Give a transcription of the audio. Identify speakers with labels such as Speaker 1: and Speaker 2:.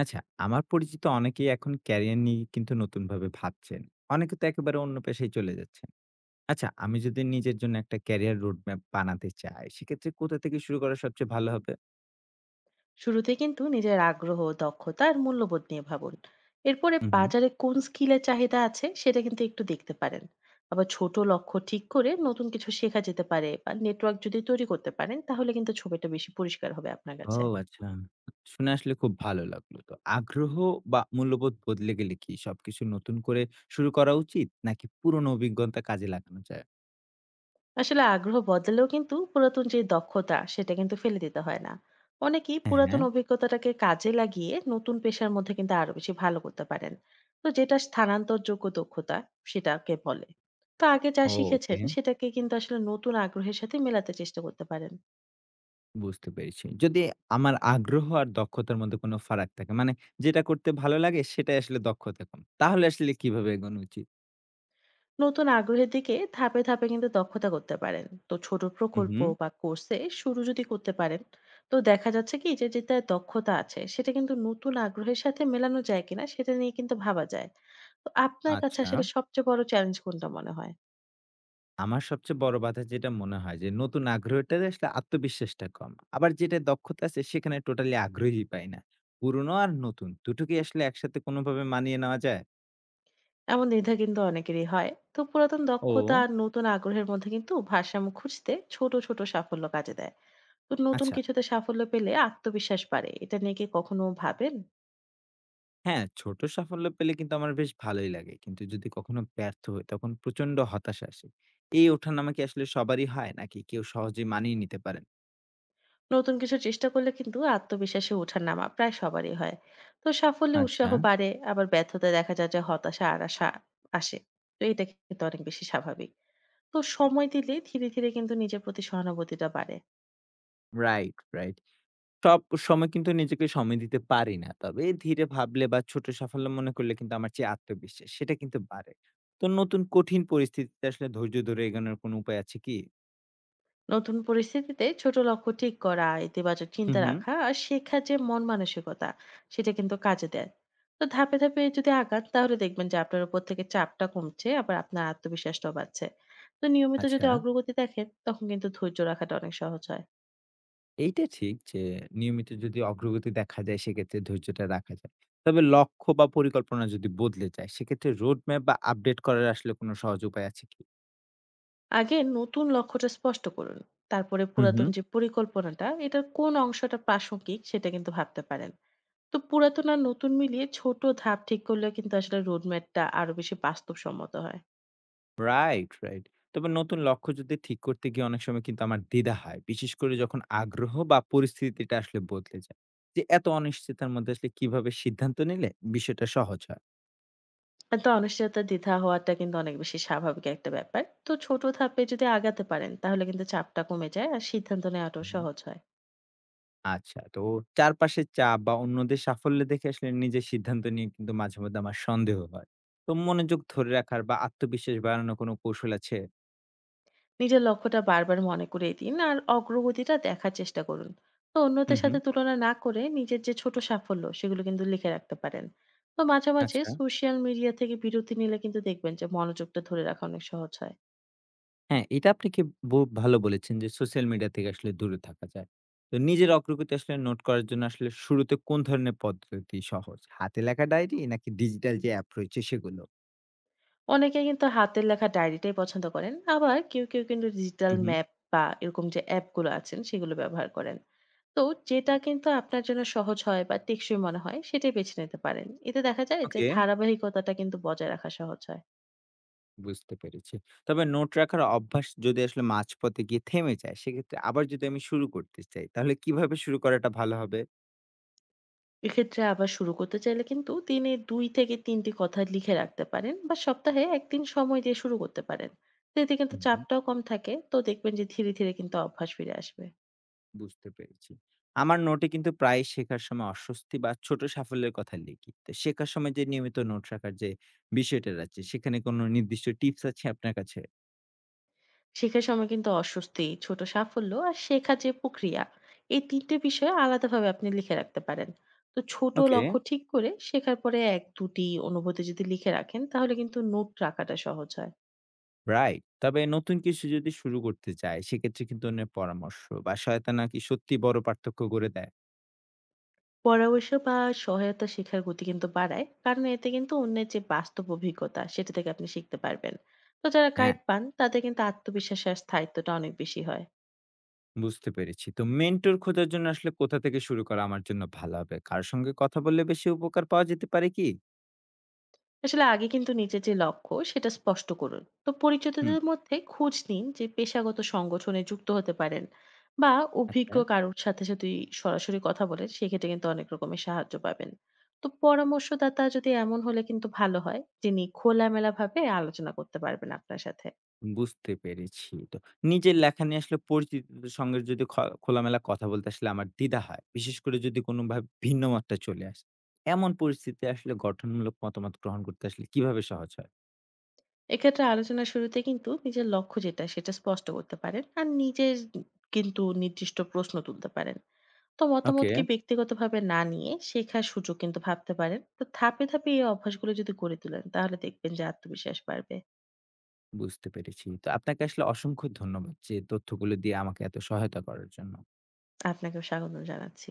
Speaker 1: আচ্ছা, আমার পরিচিত অনেকেই এখন ক্যারিয়ার নিয়ে কিন্তু নতুনভাবে ভাবছেন। অনেকে তো একেবারে অন্য পেশায় চলে যাচ্ছেন। আচ্ছা, আমি যদি নিজের জন্য একটা ক্যারিয়ার রোড ম্যাপ বানাতে চাই, সেক্ষেত্রে কোথা থেকে শুরু করা সবচেয়ে ভালো হবে?
Speaker 2: শুরুতে কিন্তু নিজের আগ্রহ, দক্ষতা আর মূল্যবোধ নিয়ে ভাবুন। এরপরে
Speaker 1: হুম, হুম।
Speaker 2: বাজারে কোন স্কিলের চাহিদা আছে সেটা কিন্তু একটু দেখতে পারেন। আবার ছোট লক্ষ্য ঠিক করে নতুন কিছু শেখা যেতে পারে, বা নেটওয়ার্ক যদি তৈরি করতে পারেন, তাহলে কিন্তু ছবিটা বেশি পরিষ্কার হবে আপনার
Speaker 1: ও
Speaker 2: কাছে।
Speaker 1: আচ্ছা। শুনে আসলে খুব ভালো লাগলো। তো আগ্রহ বা মূল্যবোধ বদলে গেলে কি সবকিছু নতুন করে শুরু করা উচিত? নাকি পুরনো অভিজ্ঞতা কাজে লাগানো যায়?
Speaker 2: আসলে আগ্রহ বদলেও কিন্তু পুরাতন যে দক্ষতা সেটা কিন্তু ফেলে দিতে হয় না। অনেকেই
Speaker 1: হ্যাঁ,
Speaker 2: পুরাতন
Speaker 1: হ্যাঁ।
Speaker 2: অভিজ্ঞতাটাকে কাজে লাগিয়ে নতুন পেশার মধ্যে কিন্তু আরো বেশি ভালো করতে পারেন। তো যেটা স্থানান্তরযোগ্য দক্ষতা সেটাকে বলে। তো আগে যা
Speaker 1: ও
Speaker 2: শিখেছেন
Speaker 1: ওকে।
Speaker 2: সেটাকে কিন্তু আসলে নতুন আগ্রহের সাথে মেলাতে চেষ্টা করতে পারেন।
Speaker 1: বুঝতে পেরেছি। যদি আমার আগ্রহ আর দক্ষতার মধ্যে কোনো ফারাক থাকে, মানে যেটা করতে ভালো লাগে সেটাই আসলে দক্ষতা কম। তাহলে আসলে কিভাবে এগোনো উচিত?
Speaker 2: নতুন আগ্রহের দিকে ধাপে ধাপে কিন্তু দক্ষতা করতে পারেন, তো ছোট
Speaker 1: হু,
Speaker 2: প্রকল্প
Speaker 1: হুম।
Speaker 2: বা কোর্সে শুরু যদি করতে পারেন। তো দেখা যাচ্ছে কি যে যেটা দক্ষতা আছে সেটা কিন্তু নতুন আগ্রহের সাথে মেলানো যায় কিনা সেটা নিয়ে কিন্তু ভাবা যায়। তো আপনার কাছে
Speaker 1: আচ্ছা।
Speaker 2: আসলে সবচেয়ে বড় চ্যালেঞ্জ কোনটা মনে হয়?
Speaker 1: আমার সবচেয়ে বড় বাধা যেটা মনে হয় যে নতুন আগ্রহটাতে আসলে আত্মবিশ্বাসটা কম। আবার যেটা দক্ষতা আছে সেখানে টোটালি আগ্রহী পাই না। পুরনো আর নতুন দুটোকে আসলে একসাথে কোনোভাবে মানিয়ে নেওয়া যায়?
Speaker 2: এমন দ্বিধা কিন্তু অনেকেরই হয়। তো পুরাতন দক্ষতা
Speaker 1: ও
Speaker 2: আর নতুন আগ্রহের মধ্যে কিন্তু ভারসাম্য খুঁজতে ছোট ছোট সাফল্য কাজে দেয়। তো নতুন
Speaker 1: আচ্ছা।
Speaker 2: কিছুতে সাফল্য পেলে আত্মবিশ্বাস বাড়ে, এটা নিয়ে কি কখনো ভাবেন?
Speaker 1: হ্যাঁ, ছোট সাফল্য পেলে কিন্তু আমার বেশ ভালোই লাগে। কিন্তু যদি কখনো ব্যর্থ হই তখন প্রচন্ড হতাশা আসে। এই ওঠানামা কি আসলে সবারই হয় নাকি কেউ সহজে মানিয়ে নিতে পারেন?
Speaker 2: নতুন কিছু চেষ্টা করলে কিন্তু আত্মবিশ্বাসে ওঠানামা প্রায় সবারই হয়। তো সাফল্যে উৎসাহ
Speaker 1: আচ্ছা।
Speaker 2: বাড়ে, আবার ব্যর্থতা দেখা যায় যে হতাশা আর আশা আসে। তো এটা কিন্তু অনেক বেশি স্বাভাবিক। তো সময় দিলে ধীরে ধীরে কিন্তু নিজের প্রতি সহানুভূতিটা বাড়ে।
Speaker 1: Right, right. সব সময় কিন্তু নিজেকে সময় দিতে পারি না। তবে ধীরে ভাবলে বা ছোট সাফল্য মনে করলে কিন্তু আমার যে আত্মবিশ্বাস সেটা কিন্তু বাড়ে। তো নতুন কঠিন পরিস্থিতিতে আসলে ধৈর্য ধরে এগোনোর কোনো উপায় আছে কি?
Speaker 2: নতুন পরিস্থিতিতে ছোট লক্ষ্য ঠিক করা, ইতিবাচক চিন্তা
Speaker 1: হুম, হুম।
Speaker 2: রাখা আর শেখার যে মন মানসিকতা, সেটা কিন্তু কাজে দেয়। তো ধাপে ধাপে যদি আগান তাহলে দেখবেন যে আপনার উপর থেকে চাপটা কমছে, আবার আপনার আত্মবিশ্বাসটাও বাড়ছে। তো নিয়মিত যদি
Speaker 1: আচ্ছা।
Speaker 2: অগ্রগতি দেখেন তখন কিন্তু ধৈর্য রাখাটা অনেক সহজ হয়।
Speaker 1: এইটা ঠিক যে নিয়মিত যদি অগ্রগতি দেখা যায় সেক্ষেত্রে ধৈর্যটা রাখা যায়। তবে লক্ষ্য বা পরিকল্পনা যদি বদলে যায় সেক্ষেত্রে রোডম্যাপ বা আপডেট করার আসলে কোনো সহজ উপায় আছে কি?
Speaker 2: আগে নতুন লক্ষ্যটা স্পষ্ট করুন। তারপরে
Speaker 1: হুম
Speaker 2: পুরাতন
Speaker 1: হুম।
Speaker 2: যে পরিকল্পনাটা, এটার কোন অংশটা প্রাসঙ্গিক সেটা কিন্তু ভাবতে পারেন। তো পুরাতন আর নতুন মিলিয়ে ছোট ধাপ ঠিক করলে কিন্তু আসলে রোডম্যাপটা আরো বেশি বাস্তবসম্মত হয়।
Speaker 1: Right, right. তবে নতুন লক্ষ্য যদি ঠিক করতে গিয়ে অনেক সময় কিন্তু আমার দ্বিধা হয়। বিশেষ করে যখন আগ্রহ বা পরিস্থিতিটা আসলে বদলে যায়। যে এত অনিশ্চিতার মধ্যে আসলে কিভাবে সিদ্ধান্ত নিলে বিষয়টা সহজ
Speaker 2: আর তো অনিশ্চয়তা, দ্বিধা হওয়াটা কিন্তু অনেক বেশি স্বাভাবিক একটা ব্যাপার। তো ছোট ধাপে যদি আগাতে পারেন তাহলে কিন্তু চাপটা কমে যায়, আর সিদ্ধান্ত নেওয়াটাও
Speaker 1: হয়?
Speaker 2: সহজ হয়।
Speaker 1: আচ্ছা, তো চারপাশের চাপ বা অন্যদের সাফল্য দেখে আসলে নিজের সিদ্ধান্ত নিয়ে কিন্তু মাঝে মধ্যে আমার সন্দেহ হয়। তো মনোযোগ ধরে রাখার বা আত্মবিশ্বাস বাড়ানোর কোনো কৌশল আছে?
Speaker 2: নিজের লক্ষ্যটা বারবার মনে করিয়ে দিন, আর অগ্রগতিটা দেখার চেষ্টা করুন। তো অন্যদের
Speaker 1: হুম, হুম।
Speaker 2: সাথে তুলনা না করে নিজের যে ছোট সাফল্য সেগুলো কিন্তু লিখে রাখতে পারেন। তো মাঝে মাঝে
Speaker 1: আচ্ছা।
Speaker 2: সোশ্যাল মিডিয়া থেকে বিরতি নিলে কিন্তু দেখবেন যে মনোযোগটা ধরে রাখা অনেক সহজ হয়।
Speaker 1: হ্যাঁ, এটা আপনি কি ব ভালো বলেছেন যে সোশ্যাল মিডিয়া থেকে আসলে দূরে থাকা যায়। তো নিজের অগ্রগতি আসলে নোট করার জন্য আসলে শুরুতে কোন ধরনের পদ্ধতি সহজ? হাতে লেখা ডায়েরি নাকি ডিজিটাল যে অ্যাপ রয়েছে সেগুলো?
Speaker 2: অনেকে কিন্তু হাতের লেখা ডায়েরিটাই পছন্দ করেন, আবার কেউ কেউ কিন্তু ডিজিটাল
Speaker 1: হুম, হুম।
Speaker 2: ম্যাপ বা এরকম যে অ্যাপগুলো আছেন সেগুলো ব্যবহার করেন। তো যেটা কিন্তু আপনার জন্য সহজ হয় বা টেকসই মনে হয় সেটাই বেছে নিতে পারেন। এতে দেখা যায় যে
Speaker 1: ওকে।
Speaker 2: ধারাবাহিকতাটা কিন্তু বজায় রাখা সহজ হয়।
Speaker 1: বুঝতে পেরেছি। তবে নোট রাখার অভ্যাস যদি আসলে মাঝপথে গিয়ে থেমে যায়, সেক্ষেত্রে আবার যদি আমি শুরু করতে চাই, তাহলে কিভাবে শুরু করাটা ভালো হবে?
Speaker 2: এক্ষেত্রে আবার শুরু করতে চাইলে কিন্তু দিনে ২ থেকে ৩ টি কথা লিখে রাখতে পারেন, বা সপ্তাহে ১ দিন সময় দিয়ে শুরু করতে পারেন। তো এতে কিন্তু
Speaker 1: হুম।
Speaker 2: চাপটাও কম থাকে। তো দেখবেন যে ধীরে ধীরে কিন্তু অভ্যাস ফিরে আসবে।
Speaker 1: বুঝতে পেরেছি। আমার নোটে কিন্তু প্রায় শেখার সময় অস্বস্তি বা ছোট সাফল্যের কথা লিখি। তো শেখার সময় যে নিয়মিত নোট রাখার যে বিষয়টা আছে, সেখানে কোনো নির্দিষ্ট টিপস আছে আপনার কাছে?
Speaker 2: শেখার সময় কিন্তু অস্বস্তি, ছোট সাফল্য আর শেখার যে প্রক্রিয়া, এই ৩ টে বিষয় আলাদাভাবে আপনি লিখে রাখতে পারেন। তো ছোট
Speaker 1: ওকে,
Speaker 2: লক্ষ্য ঠিক করে শেখার পরে ১-২ টি অনুভূতি যদি লিখে রাখেন তাহলে কিন্তু নোট রাখাটা সহজ হয়।
Speaker 1: রাইট। তবে নতুন কিছু যদি শুরু করতে চাই, সেক্ষেত্রে কিন্তু অন্যের পরামর্শ বা সহায়তা নাকি সত্যি বড় পার্থক্য করে দেয়?
Speaker 2: পরামর্শ বা সহায়তা শেখার গতি কিন্তু বাড়ায়, কারণ এতে কিন্তু অন্যের যে বাস্তব অভিজ্ঞতা সেটা থেকে আপনি শিখতে পারবেন। তো যারা
Speaker 1: হ্যাঁ।
Speaker 2: গাইড পান তাদের কিন্তু আত্মবিশ্বাস আর স্থায়িত্বটা অনেক বেশি হয়।
Speaker 1: বুঝতে পেরেছি। তো মেন্টর খোঁজার জন্য আসলে কোথা থেকে শুরু করা আমার জন্য ভালো হবে? কার সঙ্গে কথা বললে বেশি উপকার পাওয়া যেতে পারে কি?
Speaker 2: আসলে আগে কিন্তু নিজের যে লক্ষ্য সেটা স্পষ্ট করুন। তো
Speaker 1: হুম,
Speaker 2: পরিচিতদের মধ্যে খোঁজ নিন, যে পেশাগত সংগঠনে যুক্ত হতে পারেন, বা অভিজ্ঞ
Speaker 1: আচ্ছা।
Speaker 2: কারোর সাথে যদি সরাসরি কথা বলেন সেক্ষেত্রে কিন্তু অনেক রকমের সাহায্য পাবেন। তো পরামর্শদাতা যদি এমন হলে কিন্তু ভালো হয় যিনি খোলামেলা ভাবে আলোচনা করতে পারবেন আপনার সাথে।
Speaker 1: বুঝতে পেরেছি। তো নিজের লেখা নিয়ে আসলে পরিচিতদের সঙ্গে যদি খোলামেলা কথা বলতে আসলে আমার দ্বিধা হয়। বিশেষ করে যদি কোনোভাবে ভিন্ন মতটা চলে আসে। এমন পরিস্থিতি আসলে গঠনমূলক মতামত গ্রহণ করতে আসলে কিভাবে সহজ হয়?
Speaker 2: এক্ষেত্রে আলোচনার শুরুতে কিন্তু নিজের লক্ষ্য যেটা সেটা স্পষ্ট করতে পারেন, আর নিজের কিন্তু নির্দিষ্ট প্রশ্ন তুলতে পারেন। তো
Speaker 1: ওকে,
Speaker 2: মতামতকে ব্যক্তিগতভাবে না নিয়ে শেখার সুযোগ কিন্তু ভাবতে পারেন। তো ধাপে ধাপে এই অভ্যাসগুলো যদি করে তোলেন তাহলে দেখবেন যে আত্মবিশ্বাস বাড়বে।
Speaker 1: বুঝতে পেরেছি। তো আপনাকে আসলে অসংখ্য ধন্যবাদ যে তথ্যগুলো দিয়ে আমাকে এত সহায়তা করার জন্য।
Speaker 2: আপনাকেও স্বাগত জানাচ্ছি।